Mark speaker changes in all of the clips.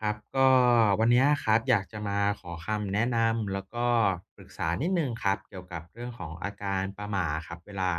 Speaker 1: ครับก็วันเนี้ยครับอยากจะมาขอคำแนะนำแล้วก็ปรึกษานิดหนึ่งครับเกี่ยวกับเรื่องของอาการประหม่าครับเวลา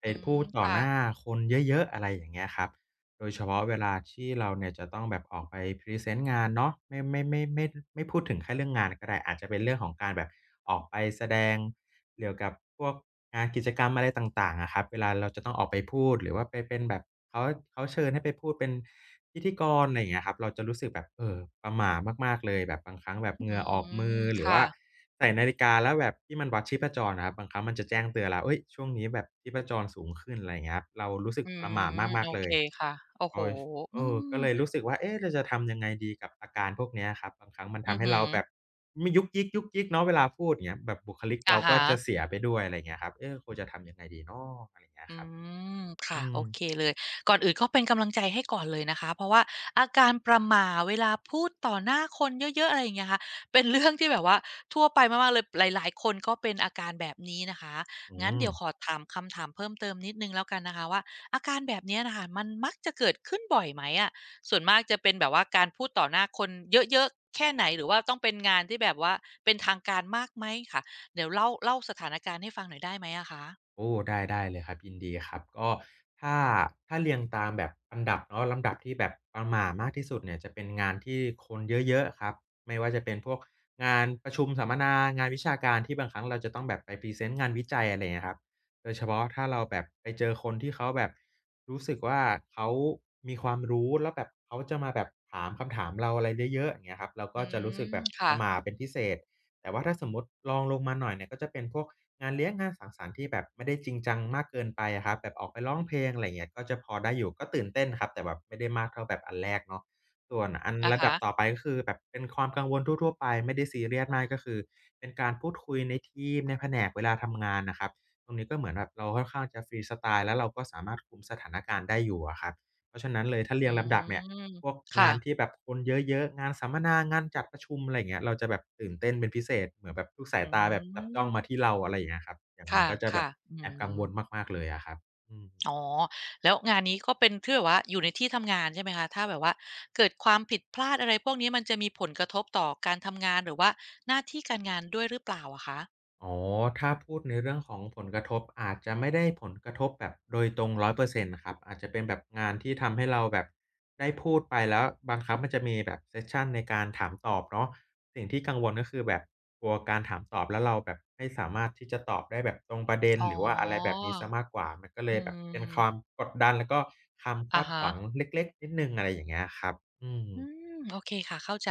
Speaker 1: ไป
Speaker 2: อื
Speaker 1: พู
Speaker 2: ม
Speaker 1: ดต่อหน้า
Speaker 2: ค่ะ
Speaker 1: คนเยอะๆอะไรอย่างเงี้ยครับ โดยเฉพาะเวลาที่เราเนี่ยจะต้องแบบออกไปพรีเซนต์งานเนาะไม่พูดถึงแค่เรื่องงานก็ได้อาจจะเป็นเรื่องของการแบบออกไปแสดงเกี่ยวกับพวกงานกิจกรรมอะไรต่างๆอะครับเวลาเราจะต้องออกไปพูดหรือว่าไปเป็นแบบเขาเขาเชิญให้ไปพูดเป็นพิธีกรอะไรอย่างเงี้ยครับเราจะรู้สึกแบบประหม่ามากๆเลยแบบบางครั้งแบบ
Speaker 2: อื
Speaker 1: เหงื่อออกมื
Speaker 2: ม
Speaker 1: อหรือ
Speaker 2: ค่ะ
Speaker 1: ว่าใส่นาฬิกาแล้วแบบที่มันวัดชีพจรอะครับบางครั้งมันจะแจ้งเตือนแล้วเฮ้ยช่วงนี้แบบชีพจรสูงขึ้นอะไรอย่างเงี้ยครับเรารู้สึก
Speaker 2: อื
Speaker 1: ประหม่า
Speaker 2: ม
Speaker 1: มา
Speaker 2: โอ
Speaker 1: กๆเล
Speaker 2: เค
Speaker 1: ย
Speaker 2: ค่ะโอ้โฮ
Speaker 1: โอ๊ย
Speaker 2: อื
Speaker 1: เออ
Speaker 2: ม
Speaker 1: ก็เลยรู้สึกว่าเอ๊ะเราจะทำยังไงดีกับอาการพวกเนี้ยครับบางครั้งมัน
Speaker 2: อือ
Speaker 1: ทำให้
Speaker 2: ฮึ
Speaker 1: เราแบบไมียุกยิกยุกยิกเนาะเวลาพูดอย่างเงี้ยแบบบุคลิก
Speaker 2: อะ
Speaker 1: เราก็
Speaker 2: ฮะ
Speaker 1: จะเสียไปด้วยอะไรอย่างเงี้ยครับเอ๊ะควรจะทำยังไงดีเนาะอะไรอย่างเงี้ย
Speaker 2: อื
Speaker 1: ครับ
Speaker 2: มค่ะ
Speaker 1: อื
Speaker 2: โอ
Speaker 1: ม
Speaker 2: เคเลยก่อนอื่นก็เป็นกำลังใจให้ก่อนเลยนะคะเพราะว่าอาการประหม่าเวลาพูดต่อหน้าคนเยอะๆอะไรอย่างเงี้ยค่ะเป็นเรื่องที่แบบว่าทั่วไปมากๆเลยหลายๆคนก็เป็นอาการแบบนี้นะคะ
Speaker 1: อื
Speaker 2: งั้น
Speaker 1: ม
Speaker 2: เดี๋ยวขอถามคำถามเพิ่มเติมนิดหนึ่งแล้วกันนะคะว่าอาการแบบเนี้ยน่ะค่ะมันมักจะเกิดขึ้นบ่อยไหมอะส่วนมากจะเป็นแบบว่าการพูดต่อหน้าคนเยอะๆแค่ไหนหรือว่าต้องเป็นงานที่แบบว่าเป็นทางการมากไหมค่ะเดี๋ยวเล่าเล่าสถานการณ์ให้ฟังหน่อยได้ไหมอะคะ
Speaker 1: โอ้ได้ได้เลยครับยินดีครับก็ถ้าถ้าเรียงตามแบบอันดับเนาะลำดับที่แบบประหม่ามากที่สุดเนี่ยจะเป็นงานที่คนเยอะๆครับไม่ว่าจะเป็นพวกงานประชุมสัมมนางานวิชาการที่บางครั้งเราจะต้องแบบไปพรีเซนต์งานวิจัยอะไรอย่างเงี้ยครับโดยเฉพาะถ้าเราแบบไปเจอคนที่เขาแบบรู้สึกว่าเขามีความรู้แล้วแบบเขาจะมาแบบถามคำถามเราอะไรเยอะๆอย่างเงี้ยครับเรา
Speaker 2: อื
Speaker 1: ก็จะรู้
Speaker 2: ม
Speaker 1: สึกแบบป
Speaker 2: ค่ะ
Speaker 1: ระหม่าเป็นพิเศษแต่ว่าถ้าสมมุติรองลงมาหน่อยเนี่ยก็จะเป็นพวก งานเลี้ยงงานสังสรรค์ที่แบบไม่ได้จริงจังมากเกินไปอะครับแบบออกไปร้องเพลงอะไรยเงี้ยก็จะพอได้อยู่ก็ตื่นเต้นครับแต่แบบไม่ได้มากเท่าแบบอันแรกเนาะส่วนอัน
Speaker 2: อะ
Speaker 1: ระดั
Speaker 2: ฮะ
Speaker 1: บต่อไปก็คือแบบเป็นความกังวลทั่วๆไปไม่ได้ซีเรียสมากก็คือเป็นการพูดคุยในทีมในแผนกเวลาทำงานน่ะครับตรงนี้ก็เหมือนแบบเราค่อนข้างจะฟรีสไตล์แล้วเราก็สามารถคุมสถานการณ์ได้อยู่อะครับเพราะฉะนั้นเลยถ้าเรี
Speaker 2: อื
Speaker 1: ยงลำดับเนี่ย
Speaker 2: ม
Speaker 1: พวก
Speaker 2: ค่ะ
Speaker 1: งานที่แบบคนเยอะๆงานสัมมนางานจัดประชุมอะไรอย่างเงี้ยเราจะแบบตื่นเต้นเป็นพิเศษเหมือนแบบทุกสา
Speaker 2: อื
Speaker 1: ยตาแบบจับจ้องมาที่
Speaker 2: ม
Speaker 1: เราอะไรอย่างเงี้ยครับอย่าง
Speaker 2: ค
Speaker 1: นั้นก็จะแบ
Speaker 2: ่ะ
Speaker 1: บ
Speaker 2: ๆอื
Speaker 1: แอบกัง
Speaker 2: ม
Speaker 1: วลมากๆเลยอะครับอืม
Speaker 2: อ๋อ แล้วงานนี้ก็เป็นที่แบบว่าอยู่ในที่ทำงานใช่ไหมคะถ้าแบบว่าเกิดความผิดพลาดอะไรพวกนี้มันจะมีผลกระทบต่อการทำงานหรือว่าหน้าที่การงานด้วยหรือเปล่าอะคะ
Speaker 1: อ๋อถ้าพูดในเรื่องของผลกระทบอาจจะไม่ได้ผลกระทบแบบโดยตรง100%ครับอาจจะเป็นแบบงานที่ทำให้เราแบบได้พูดไปแล้วบางครั้งมันจะมีแบบเซสชันในการถามตอบเนาะสิ่งที่กังวลก็คือแบบกลัวการถามตอบแล้วเราแบบไม่สามารถที่จะตอบได้แบบตรงประเด็น
Speaker 2: อ๋อ
Speaker 1: หรือว่าอะไรแบบนี้เสียมากกว่ามันก็เล
Speaker 2: อื
Speaker 1: ยแบบเป็นความ
Speaker 2: ม
Speaker 1: กดดันแล้วก็ความ
Speaker 2: อะ
Speaker 1: คาดห
Speaker 2: ฮะ
Speaker 1: วังเล็กๆนิดหนึ่งอะไรอย่างเงี้ยครับอืม
Speaker 2: อืมโอเคค่ะเข้าใจ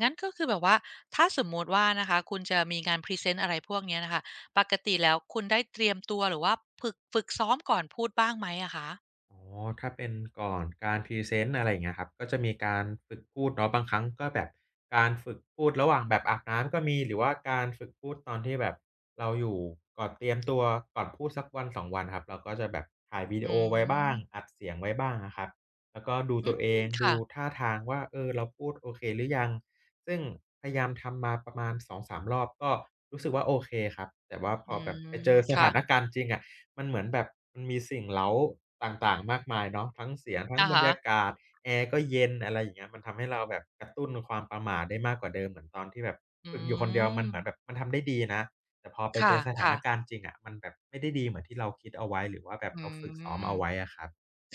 Speaker 2: งั้นก็คือแบบว่าถ้าสมมุติว่านะคะคุณจะมีงานพรีเซนต์อะไรพวกเนี้ยน่ะค่ะปกติแล้วคุณได้เตรียมตัวหรือว่าฝึกซ้อมก่อนพูดบ้างไหมอะคะ
Speaker 1: อ๋อถ้าเป็นก่อนการพรีเซนต์อะไรอย่างเงี้ยครับก็จะมีการฝึกพูดเนาะบางครั้งก็แบบการฝึกพูดระหว่างแบบอาบน้ำก็มีหรือว่าการฝึกพูดตอนที่แบบเราอยู่ก่อนเตรียมตัวก่อนพูดสักวันสองวันครับเราก็จะแบบถ่ายวิ
Speaker 2: อื
Speaker 1: ดีโอไว้บ้าง
Speaker 2: ม
Speaker 1: อัดเสียงไว้บ้างอะครับแล้วก็ดู
Speaker 2: อื
Speaker 1: ตัวเอ
Speaker 2: ม
Speaker 1: งดู
Speaker 2: ค่ะ
Speaker 1: ท่าทางว่าเออเราพูดโอเคหรือยังซึ่งพยายามทำมาประมาณ2-3รอบก็รู้สึกว่าโอเคครับแต่ว่าพ
Speaker 2: อื
Speaker 1: อแบบไปเจ
Speaker 2: ม
Speaker 1: อส
Speaker 2: ค่ะ
Speaker 1: ถานการณ์จริงอะ มันเหมือนแบบมันมีสิ่งเร้าต่างๆมากมายเนาะทั้งเสียงทั้ง
Speaker 2: อะ
Speaker 1: บรร
Speaker 2: ฮะ
Speaker 1: ยากาศแอร์ก็เย็นอะไรอย่างเงี้ยมันทำให้เราแบบกระตุ้นความประหม่าได้มากกว่าเดิมเหมือนตอนที่แบบ
Speaker 2: อื
Speaker 1: ฝึกอยู่คนเดียวมันเหมือน
Speaker 2: ม
Speaker 1: แบบมันทำได้ดีนะแต่พอไป
Speaker 2: ค
Speaker 1: เจอสถาน
Speaker 2: ่ะๆ
Speaker 1: การณ์จริงอะมันแบบไม่ได้ดีเหมือนที่เราคิดเอาไว้หรือว่าแบบ
Speaker 2: อื
Speaker 1: เราฝึกซ้อมเอาไว้
Speaker 2: ม
Speaker 1: อะครับ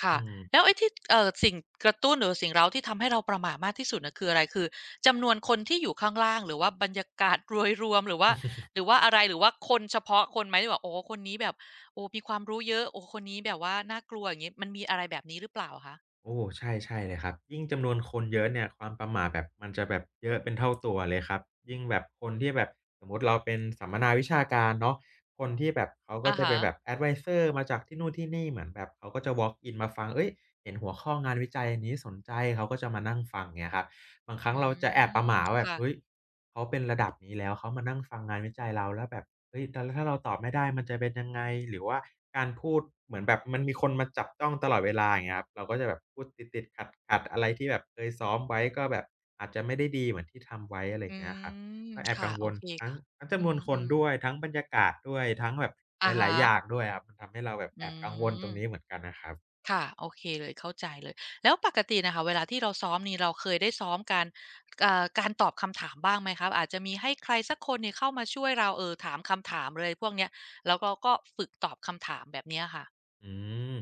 Speaker 2: ค่ะ
Speaker 1: อืม
Speaker 2: แล้วไอ้ที่สิ่งกระตุ้นหรือสิ่งเร้าที่ทำให้เราประหม่ามากที่สุดน่ะคืออะไรคือจำนวนคนที่อยู่ข้างล่างหรือว่าบรรยากาศโดยรวมหรือว่าอะไรหรือว่าคนเฉพาะคนไหมที่แบบโอ้โฮคนนี้แบบโอ้มีความรู้เยอะโอ้คนนี้แบบว่าน่ากลัวอย่างงี้มันมีอะไรแบบนี้หรือเปล่าคะ
Speaker 1: โอ้ใช่ใช่เลยครับยิ่งจำนวนคนเยอะเนี่ยความประหม่าแบบมันจะแบบเยอะเป็นเท่าตัวเลยครับยิ่งแบบคนที่แบบสมมุติเราเป็นสัมมนาวิชาการเนาะคนที่แบบเขาก็
Speaker 2: อะ
Speaker 1: จะ
Speaker 2: ฮะ
Speaker 1: เป็นแบบแอดไวเซอร์มาจากที่นู่นที่นี่เหมือนแบบเขาก็จะ walk in มาฟังเฮ้ยเห็นหัวข้องานวิจัยอันนี้สนใจเขาก็จะมานั่งฟังเงี้ยครับบางครั้
Speaker 2: อื
Speaker 1: งเราจะแอบประห
Speaker 2: ม
Speaker 1: ม่าว่าแบบ
Speaker 2: ค่ะ
Speaker 1: เฮ้ย เขาเป็นระดับนี้แล้วเขามานั่งฟังงานวิจัยเราแล้วแบบเฮ้ยแตอนถ้าเราตอบไม่ได้มันจะเป็นยังไงหรือว่าการพูดเหมือนแบบมันมีคนมาจับจ้องตลอดเวลาอย่างเงี้ยครับเราก็จะแบบพูดติดๆขัดๆอะไรที่แบบเคยซ้อมไว้ก็แบบอาจจะไม่ได้ดีเหมือนที่ทำไว้อะไรอ
Speaker 2: อื
Speaker 1: ย่างเงี้ยครับ
Speaker 2: ม
Speaker 1: ก็แอบ
Speaker 2: ค่ะ
Speaker 1: กังว
Speaker 2: โอ
Speaker 1: ล
Speaker 2: เค
Speaker 1: ทั้ง
Speaker 2: ค่ะ
Speaker 1: ทั้งจำนวนค
Speaker 2: อื
Speaker 1: น
Speaker 2: ม
Speaker 1: ด้วย
Speaker 2: ๆ
Speaker 1: ทั้งบรรยากาศด้วยทั้งแบบห
Speaker 2: อะ
Speaker 1: ลาย
Speaker 2: ฮะ
Speaker 1: ๆอย่างด้วยครับมันทำให้เราแบบ
Speaker 2: อื
Speaker 1: แอบกังวลตรงนี้เห
Speaker 2: ม
Speaker 1: มือนกันนะครับ
Speaker 2: ค่ะโอเคเลยเข้าใจเลยแล้วปกติน่ะค่ะเวลาที่เราซ้อมนี่เราเคยได้ซ้อมการการตอบคำถามบ้างไหมครับอาจจะมีให้ใครสักคนเนี่ยเข้ามาช่วยเราถามคำถามเลยพวกเนี้ยแล้วเราก็ฝึกตอบคำถามแบบเนี้ยค่ะ
Speaker 1: อืม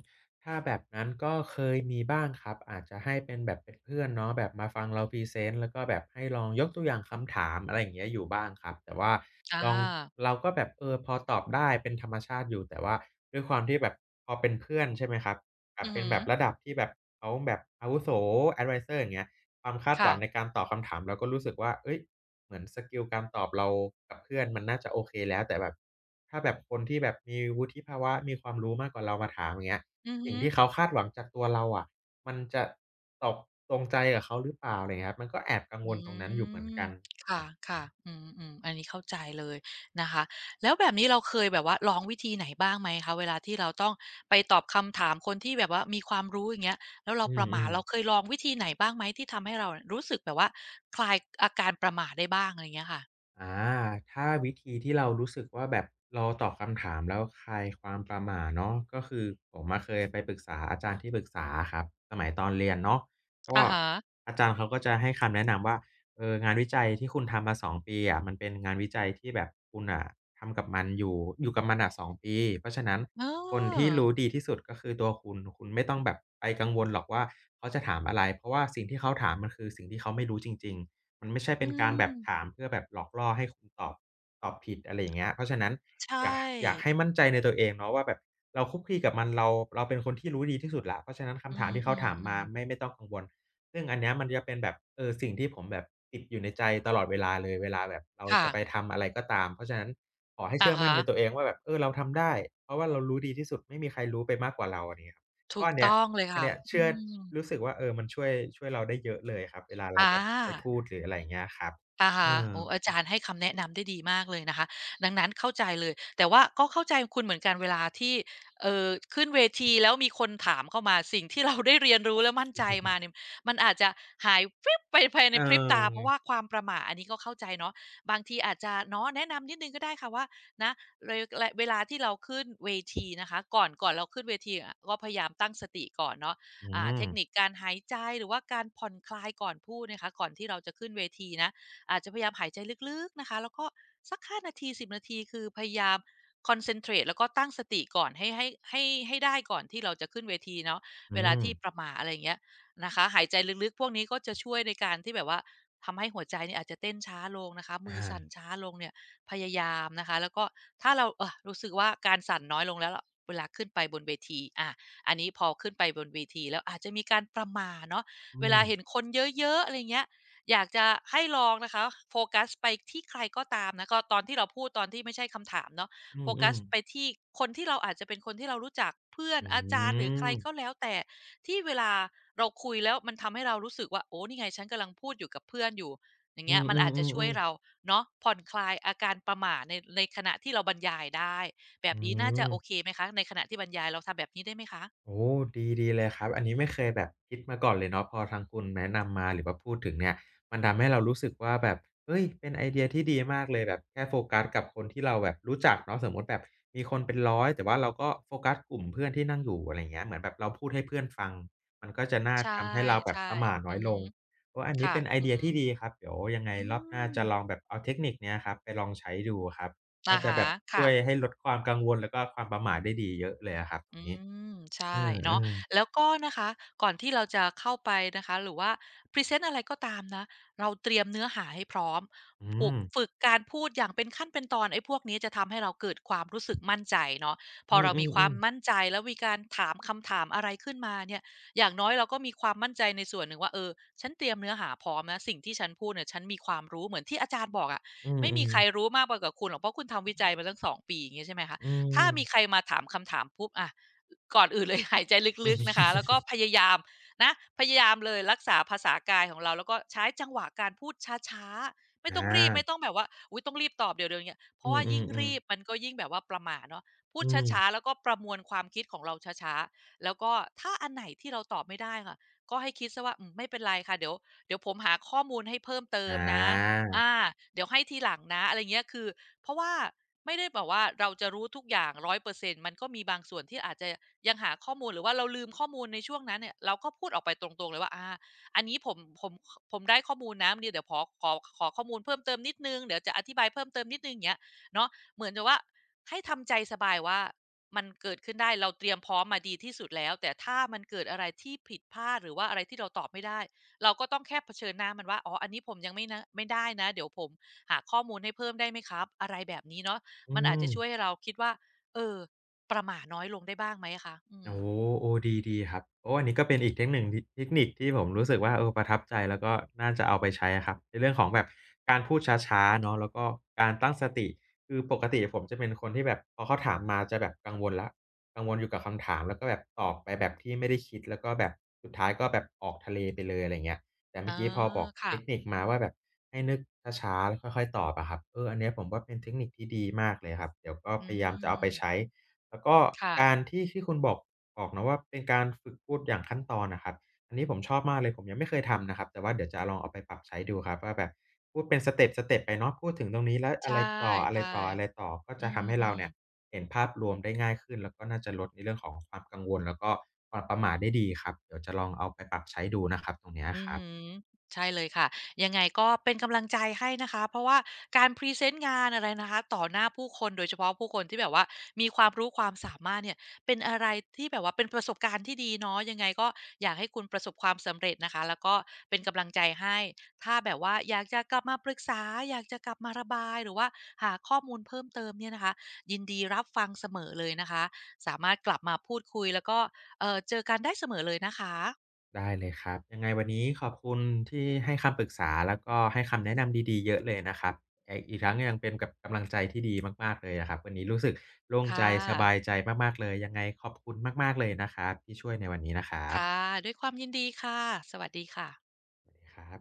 Speaker 1: ถ้าแบบนั้นก็เคยมีบ้างครับอาจจะให้เป็นแบบเป็นเพื่อนเนาะแบบมาฟังเราพรีเซนต์แล้วก็แบบให้ลองยกตัวอย่างคำถามอะไรอย่างเงี้ยอยู่บ้างครับแต่ว่า
Speaker 2: อา
Speaker 1: ลองเราก็แบบเออพอตอบได้เป็นธรรมชาติอยู่แต่ว่าด้วยความที่แบบพอเป็นเพื่อนใช่ไหมครับแบ
Speaker 2: อื
Speaker 1: บ
Speaker 2: อ
Speaker 1: เป็น
Speaker 2: ฮึ
Speaker 1: แบบระดับที่แบบเขาแบบอาวุโสแอดไวเซอร์อย่างเงี้ยความคาดห
Speaker 2: ค่ะ
Speaker 1: วังในการตอบคำถามเราก็รู้สึกว่าเฮ้ย เหมือนสกิลการตอบเรากับเพื่อนมันน่าจะโอเคแล้วแต่แบบถ้าแบบคนที่แบบมีวุฒิภาวะมีความรู้มากกว่าเรามาถามอย่างเงี้ย
Speaker 2: อือ
Speaker 1: สิ่
Speaker 2: ฮึ
Speaker 1: งที่เขาคาดหวังจากตัวเราอะมันจะตอบตรงใจกับเขาหรือเปล่าไรเงี้ยครับมันก็แอบกังว
Speaker 2: อื
Speaker 1: ลตรงนั้นอยู่เหมือน
Speaker 2: ม
Speaker 1: กันค
Speaker 2: ค่ะ
Speaker 1: รับ
Speaker 2: ค่ะอืมอืมอันนี้เข้าใจเลยนะคะ แล้วแบบนี้เราเคยแบบว่าลองวิธีไหนบ้างไหมคะเวลาที่เราต้องไปตอบคำถามคนที่แบบว่ามีความรู้อย่างเงี้ยแล้วเรา
Speaker 1: อื
Speaker 2: ประหม่า
Speaker 1: ม
Speaker 2: เราเค
Speaker 1: ๆ
Speaker 2: ยลองวิธีไหนบ้างไหมที่ทำให้เราเนี่ยรู้สึกแบบว่าคลายอาการประหม่าได้บ้างอะไรเงี้ยค่ะ
Speaker 1: อาถ้าวิธีที่เรารู้สึกว่าแบบเราตอบคำถามแล้วคลายความประหม่าเนาะก็คือผมอะเคยไปปรึกษาอาจารย์ที่ปรึกษาอะครับสมัยตอนเรียนเนาะก็
Speaker 2: อะฮะ
Speaker 1: อาจารย์เขาก็จะให้คำแนะนำว่าเอองานวิจัยที่คุณทำมาสองปีอะมันเป็นงานวิจัยที่แบบคุณน่ะทำกับมันอยู่อยู่กับมันน่ะสองปีเพราะฉะนั้น
Speaker 2: เออ
Speaker 1: คนที่รู้ดีที่สุดก็คือตัวคุณคุณไม่ต้องแบบไปกังวลหรอกว่าเขาจะถามอะไรเพราะว่าสิ่งที่เขาถามมันคือสิ่งที่เขาไม่รู้จริงๆ มันไม่ใช่
Speaker 2: อื
Speaker 1: เป็นการแบบถา
Speaker 2: ม
Speaker 1: มเพื่อแบบหลอกล่อให้คุณตอบตอบผิดอะไรอย่างเงี้ยเพราะฉะนั้น
Speaker 2: ใช
Speaker 1: อยากอยาก
Speaker 2: ่
Speaker 1: ให้มั่นใจในตัวเองเนาะว่าแบบเราคลุกคลีกับมันเราเป็นคนที่รู้ดีที่สุดแล้วเพราะฉะนั้น
Speaker 2: อื
Speaker 1: คำถามที่เขาถามมา
Speaker 2: มๆๆ
Speaker 1: ไม่ต้องกังวลซึ่งอันเนี้ยมันจะเป็นแบบเออสิ่งที่ผมแบบติดอยู่ในใจตลอดเวลาเลยเวลาแบบเรา
Speaker 2: ค่ะ
Speaker 1: จะไปทำอะไรก็ตามเพราะฉะนั้นขอให้
Speaker 2: อะ
Speaker 1: เชื่อมั่
Speaker 2: ฮะ
Speaker 1: นในตัวเองว่าแบบเออเราทำได้เพราะว่าเรารู้ดีที่สุดไม่มีใครรู้ไปมากกว่าเราอะไรอย่างเงี้ยครับ
Speaker 2: ถู
Speaker 1: ก็
Speaker 2: ก
Speaker 1: อันเนี้ย
Speaker 2: ต้องเลย
Speaker 1: อัน
Speaker 2: ค่ะ
Speaker 1: เนี้ย
Speaker 2: อื
Speaker 1: เชื่อ
Speaker 2: ม
Speaker 1: รู้สึกว่าเออมันช่วยเราได้เยอะเลยครับเวลาเรา
Speaker 2: อา
Speaker 1: แบบไปพูดหรืออะไรอย่างเงี้ยครับ
Speaker 2: อะ
Speaker 1: เอ
Speaker 2: ฮะ
Speaker 1: อ
Speaker 2: โอ้อาจารย์ให้คำแนะนำได้ดีมากเลยนะคะดังนั้นเข้าใจเลย แต่ว่าก็เข้าใจคุณเหมือนกันเวลาที่เอ่อขึ้นเวทีแล้วมีคนถามเข้ามาสิ่งที่เราได้เรียนรู้และมั่นใจมาเนี่ยมันอาจจะหายวิบไปภายใน
Speaker 1: เออ
Speaker 2: พริบตา เพราะว่าความประหม่าอันนี้ก็เข้าใจเนาะบางทีอาจจะเนาะแนะนำนิดหนึ่งก็ได้ค่ะว่านะเรลเวลาที่เราขึ้นเวทีนะคะก่อนเราขึ้นเวทีอะก็พยายามตั้งสติก่อนเนาะ
Speaker 1: อื
Speaker 2: อ่าเท
Speaker 1: ม
Speaker 2: คนิคการหายใจหรือว่าการผ่อนคลายก่อนพูดนะคะก่อนที่เราจะขึ้นเวทีนะ อาจจะพยายามหายใจลึกๆนะคะแล้วก็สัก5 นาที10นาทีคือพยายามคอนเซนเทรตแล้วก็ตั้งสติก่อนให้ให้ได้ก่อนที่เราจะขึ้นเวทีเนาะ
Speaker 1: อื
Speaker 2: เวลา
Speaker 1: ม
Speaker 2: ที่ประหม่าอะไรอย่างเงี้ยนะคะหายใจลึกๆพวกนี้ก็จะช่วยในการที่แบบว่าทำให้หัวใจเนี่ยอาจจะเต้นช้าลงนะคะ
Speaker 1: อ
Speaker 2: มือสั่น
Speaker 1: า
Speaker 2: ช้าลงเนี่ยพยายามนะคะแล้วก็ถ้าเราเออรู้สึกว่าการสั่นน้อยลงแล้วล่ะเวลาขึ้นไปบนเวทีอะอันนี้พอขึ้นไปบนเวทีแล้วอาจจะมีการประหม่าเนาะ
Speaker 1: อื
Speaker 2: เวลา
Speaker 1: ม
Speaker 2: เห็นคนเยอะๆอะไรเงี้ย อยากจะให้ลองนะคะโฟกัสไปที่ใครก็ตามนะก็ตอนที่เราพูดตอนที่ไม่ใช่คำถามเนาะ
Speaker 1: อ
Speaker 2: โฟ
Speaker 1: ื
Speaker 2: กัส
Speaker 1: อๆ
Speaker 2: ไปที่คนที่เราอาจจะเป็นคนที่เรารู้จักเพื่อน
Speaker 1: อื
Speaker 2: อาจารย์หรือใค
Speaker 1: ม
Speaker 2: รก็แล้วแต่ที่เวลาเราคุยแล้วมันทำให้เรารู้สึกว่าโอ้นี่ไงฉันกำลังพูดอยู่กับเพื่อนอยู่อย่าง
Speaker 1: อื
Speaker 2: เงี้ย
Speaker 1: ม
Speaker 2: มั
Speaker 1: อ
Speaker 2: นอาจจะช่
Speaker 1: อ
Speaker 2: วย
Speaker 1: ๆๆ
Speaker 2: เรา
Speaker 1: ๆ
Speaker 2: เนาะผ่อนคลายอาการประหม่าในขณะที่เราบรรยายได้แบ
Speaker 1: อื
Speaker 2: บนี้น่าจะโอเค
Speaker 1: ม
Speaker 2: ไหมคะในขณะที่บรรยายเราทำแบบนี้ได้ไหมคะ
Speaker 1: โอ้ดีเลยครับอันนี้ไม่เคยแบบคิดมาก่อนเลยเนาะพอทางคุณแนะนำมาหรือว่าพูดถึงเนี่ยมันทำให้เรารู้สึกว่าแบบเฮ้ยเป็นไอเดียที่ดีมากเลยแบบแค่โฟกัสกับคนที่เราแบบรู้จักเนาะสมมุติแบบมีคนเป็นร้อยแต่ว่าเราก็โฟกัสกลุ่มเพื่อนที่นั่งอยู่อะไรอย่างเงี้ยเหมือนแบบเราพูดให้เพื่อนฟังมันก็จะน่า
Speaker 2: ใช่
Speaker 1: ทำให้เราแบบประหม่า
Speaker 2: ๆอื
Speaker 1: น้อ
Speaker 2: อ
Speaker 1: ยล
Speaker 2: ฮึ
Speaker 1: งโอ้อันนี้
Speaker 2: ค่ะ
Speaker 1: เป็นไอ
Speaker 2: อือ
Speaker 1: เดีย
Speaker 2: ฮึ
Speaker 1: ที่ดีครับเดี๋ยวยังไง
Speaker 2: อื
Speaker 1: รอบหน้า
Speaker 2: ม
Speaker 1: จะลองแบบเอาเทคนิคเนี้ยครับไปลองใช้ดูครับ
Speaker 2: อะ
Speaker 1: น่าจะ
Speaker 2: ฮะ
Speaker 1: แบบช่
Speaker 2: ค่ะ
Speaker 1: วยให้ลดความกังวลแล้วก็ความประหม่าได้ดีเยอะเลยอะครับตรง
Speaker 2: อื
Speaker 1: นี้
Speaker 2: ม
Speaker 1: เอ
Speaker 2: ใช่
Speaker 1: อ
Speaker 2: เนาะ
Speaker 1: ๆ
Speaker 2: แล้วก็นะคะก่อนที่เราจะเข้าไปนะคะหรือว่าพรีเซนต์อะไรก็ตามนะเราเตรียมเนื้อหาให้พร้อม
Speaker 1: อื
Speaker 2: ฝึก
Speaker 1: ม
Speaker 2: ฝึกการพูดอย่างเป็นขั้นเป็นตอนไอ้พวกนี้จะทำให้เราเกิดความรู้สึกมั่นใจเนาะพอ
Speaker 1: อื
Speaker 2: เรามีความ
Speaker 1: อๆ
Speaker 2: มั่น
Speaker 1: ๆ
Speaker 2: ใจแล้วมีการถามคำถามอะไรขึ้นมาเนี่ยอย่างน้อยเราก็มีความมั่นใจในส่วนหนึ่งว่าเออฉันเตรียมเนื้อหาพร้อมนะสิ่งที่ฉันพูดเนี่ยฉันมีความรู้เหมือนที่อาจารย์บอกอะ
Speaker 1: อื
Speaker 2: ไม่มี
Speaker 1: ม
Speaker 2: ใคร
Speaker 1: ๆ
Speaker 2: รู้มากไปกว่าคุณหรอกเพราะคุณทำวิจัยมาตั้ง2 ปีอย่างเงี้ยใช่ไหมคะ
Speaker 1: อืม
Speaker 2: ถ้ามีใค
Speaker 1: อื
Speaker 2: รมาถามคำถามปุ๊บอะ ก่อนอื่นเลย หายใจ
Speaker 1: ม
Speaker 2: ลึกๆนะคะ แล้วก็พยายามนะพยายามเลยรักษาภาษากายของเราแล้วก็ใช้จังหวะการพูดช้าๆไม่
Speaker 1: อ
Speaker 2: ต้องรีบไม่ต้อ
Speaker 1: า
Speaker 2: งแบบว่าอุ้ยต้องรีบตอบเดี๋ยวเนี้ยเพ
Speaker 1: อื
Speaker 2: ราะว่ายิ่ง
Speaker 1: อ
Speaker 2: รีบ
Speaker 1: ๆๆ
Speaker 2: มันก็ยิ่งแบบว่าประหม่าเนาะพูด
Speaker 1: อื
Speaker 2: ช้าๆ
Speaker 1: ม
Speaker 2: แล้วก็ประมวลความคิดของเราช้าๆแล้วก็ถ้าอันไหนที่เราตอบไม่ได้ค่ะก็ให้คิดซะว่าอืมไม่เป็นไรค่ะเดี๋ยวผมหาข้อมูลให้เพิ่มเติ
Speaker 1: อ
Speaker 2: มนะ
Speaker 1: า
Speaker 2: อาเดี๋ยวให้ทีหลังนะอะไรเงี้ยคือเพราะว่าไม่ได้แบบว่าเราจะรู้ทุกอย่าง100%มันก็มีบางส่วนที่อาจจะยังหาข้อมูลหรือว่าเราลืมข้อมูลในช่วงนั้นเนี่ยเราก็พูดออกไปตรงๆเลยว่าอาอันนี้ผมได้ข้อมูลนะเนี่ยเดี๋ยวขอข้อมูลเพิ่มเติมนิดหนึ่งเดี๋ยวจะอธิบายเพิ่มเติมนิดหนึ่งอย่างเงี้ยเนาะเหมือนกับว่าให้ทำใจสบายว่ามันเกิดขึ้นได้เราเตรียมพร้อมมาดีที่สุดแล้วแต่ถ้ามันเกิดอะไรที่ผิดพลาดหรือว่าอะไรที่เราตอบไม่ได้ เราก็ต้องแค่เผชิญหน้ามันว่าอ๋ออันนี้ผมยังไม่นะไม่ได้นะ เดี๋ยวผมหาข้อมูลให้เพิ่มได้ไหมครับ อะไรแบบนี้เนาะ
Speaker 1: อื
Speaker 2: มันอาจ
Speaker 1: ม
Speaker 2: จะช่วยให้เราคิดว่า เออ ประหม่าน้อยลงได้บ้างไหมอะคะ อื
Speaker 1: โอ้
Speaker 2: ม
Speaker 1: โอ้ดีครับโอ้อันนี้ก็เป็นอีกเทคหนึ่งทเทคนิคที่ผมรู้สึกว่าเออประทับใจแล้วก็น่าจะเอาไปใช้อะครับในเรื่องของแบบการพูดช้าๆเนาะแล้วก็การตั้งสติคือปกติผมจะเป็นคนที่แบบพอเขาถามมาจะแบบกังวลแล้วกังวลอยู่กับคำถามแล้วก็แบบตอบไปแบบที่ไม่ได้คิดแล้วก็แบบสุดท้ายก็แบบออกทะเลไปเลยอะไรอย่างเงี้ยแต่
Speaker 2: เอ
Speaker 1: เมื่
Speaker 2: อ
Speaker 1: อกี้พอบอก
Speaker 2: ค่ะ
Speaker 1: เทคนิคมาว่าแบบให้นึกช้าๆแล้วค่อยๆตอบอะครับเอออันเนี้ยผมว่าเป็นเทคนิคที่ดีมากเลยครับเดี๋ยวก็พ
Speaker 2: อื
Speaker 1: ยายามจะเอา
Speaker 2: ม
Speaker 1: ไปใช้แล้วก็กา
Speaker 2: ค่ะ
Speaker 1: รที่ที่คุณบอก บอกนะว่าเป็นการฝึกพูดอย่างขั้นตอนน่ะครับอันนี้ผมชอบมากเลยผมยังไม่เคยทำนะครับแต่ว่าเดี๋ยวจะลองเอาไปปรับใช้ดูครับว่าแบบพูดเป็นสเต็ปสเต็ปไปเนาะพูดถึงตรงนี้แล้วอะ
Speaker 2: ใช่
Speaker 1: ไรต่ออะไรต่ออะไรต่อก็
Speaker 2: ๆอื
Speaker 1: จะทำให้เรา
Speaker 2: ม
Speaker 1: เนี่ย
Speaker 2: ๆ
Speaker 1: เห็นภาพรวมได้ง่ายขึ้นแล้วก็น่าจะลดในเรื่องของความกังวลแล้วก็ความประหม่าได้ดีครับเดี๋ยวจะลองเอาไปปรับใช้ดูนะครับตรงเนี้ย
Speaker 2: อื
Speaker 1: ค
Speaker 2: อ
Speaker 1: รั
Speaker 2: หื
Speaker 1: บ
Speaker 2: อใช่เลยค่ะยังไงก็เป็นกำลังใจให้นะคะเพราะว่าการพรีเซนต์งานอะไรนะคะต่อหน้าผู้คนโดยเฉพาะผู้คนที่แบบว่ามีความรู้ความสามารถเนี่ยเป็นอะไรที่แบบว่าเป็นประสบการณ์ที่ดีเนาะยังไงก็อยากให้คุณประสบความสำเร็จนะคะแล้วก็เป็นกำลังใจให้ถ้าแบบว่าอยากจะกลับมาปรึกษาอยากจะกลับมาระบายหรือว่าหาข้อมูลเพิ่มเติมเนี่ยนะคะยินดีรับฟังเสมอเลยนะคะสามารถกลับมาพูดคุยแล้วก็เจอกันได้เสมอเลยนะคะ
Speaker 1: ได้เลยครับยังไงวันนี้ขอบคุณที่ให้คำปรึกษาแล้วก็ให้คำแนะนำดีๆเยอะเลยนะครับไอ้อีกทั้งยังเป็นกับกำลังใจที่ดีมากๆเลยอะครับวันนี้รู้สึกโล่ง
Speaker 2: ค่
Speaker 1: ใจสบาย
Speaker 2: ะ
Speaker 1: ใจมากๆเลยยังไงขอบคุณมากๆเลยนะครับที่ช่วยในวันนี้นะครั
Speaker 2: ค่ะ
Speaker 1: บ
Speaker 2: ด้วยความยินดีค่ะสวัสดีค่ะ
Speaker 1: สวัสดีครับ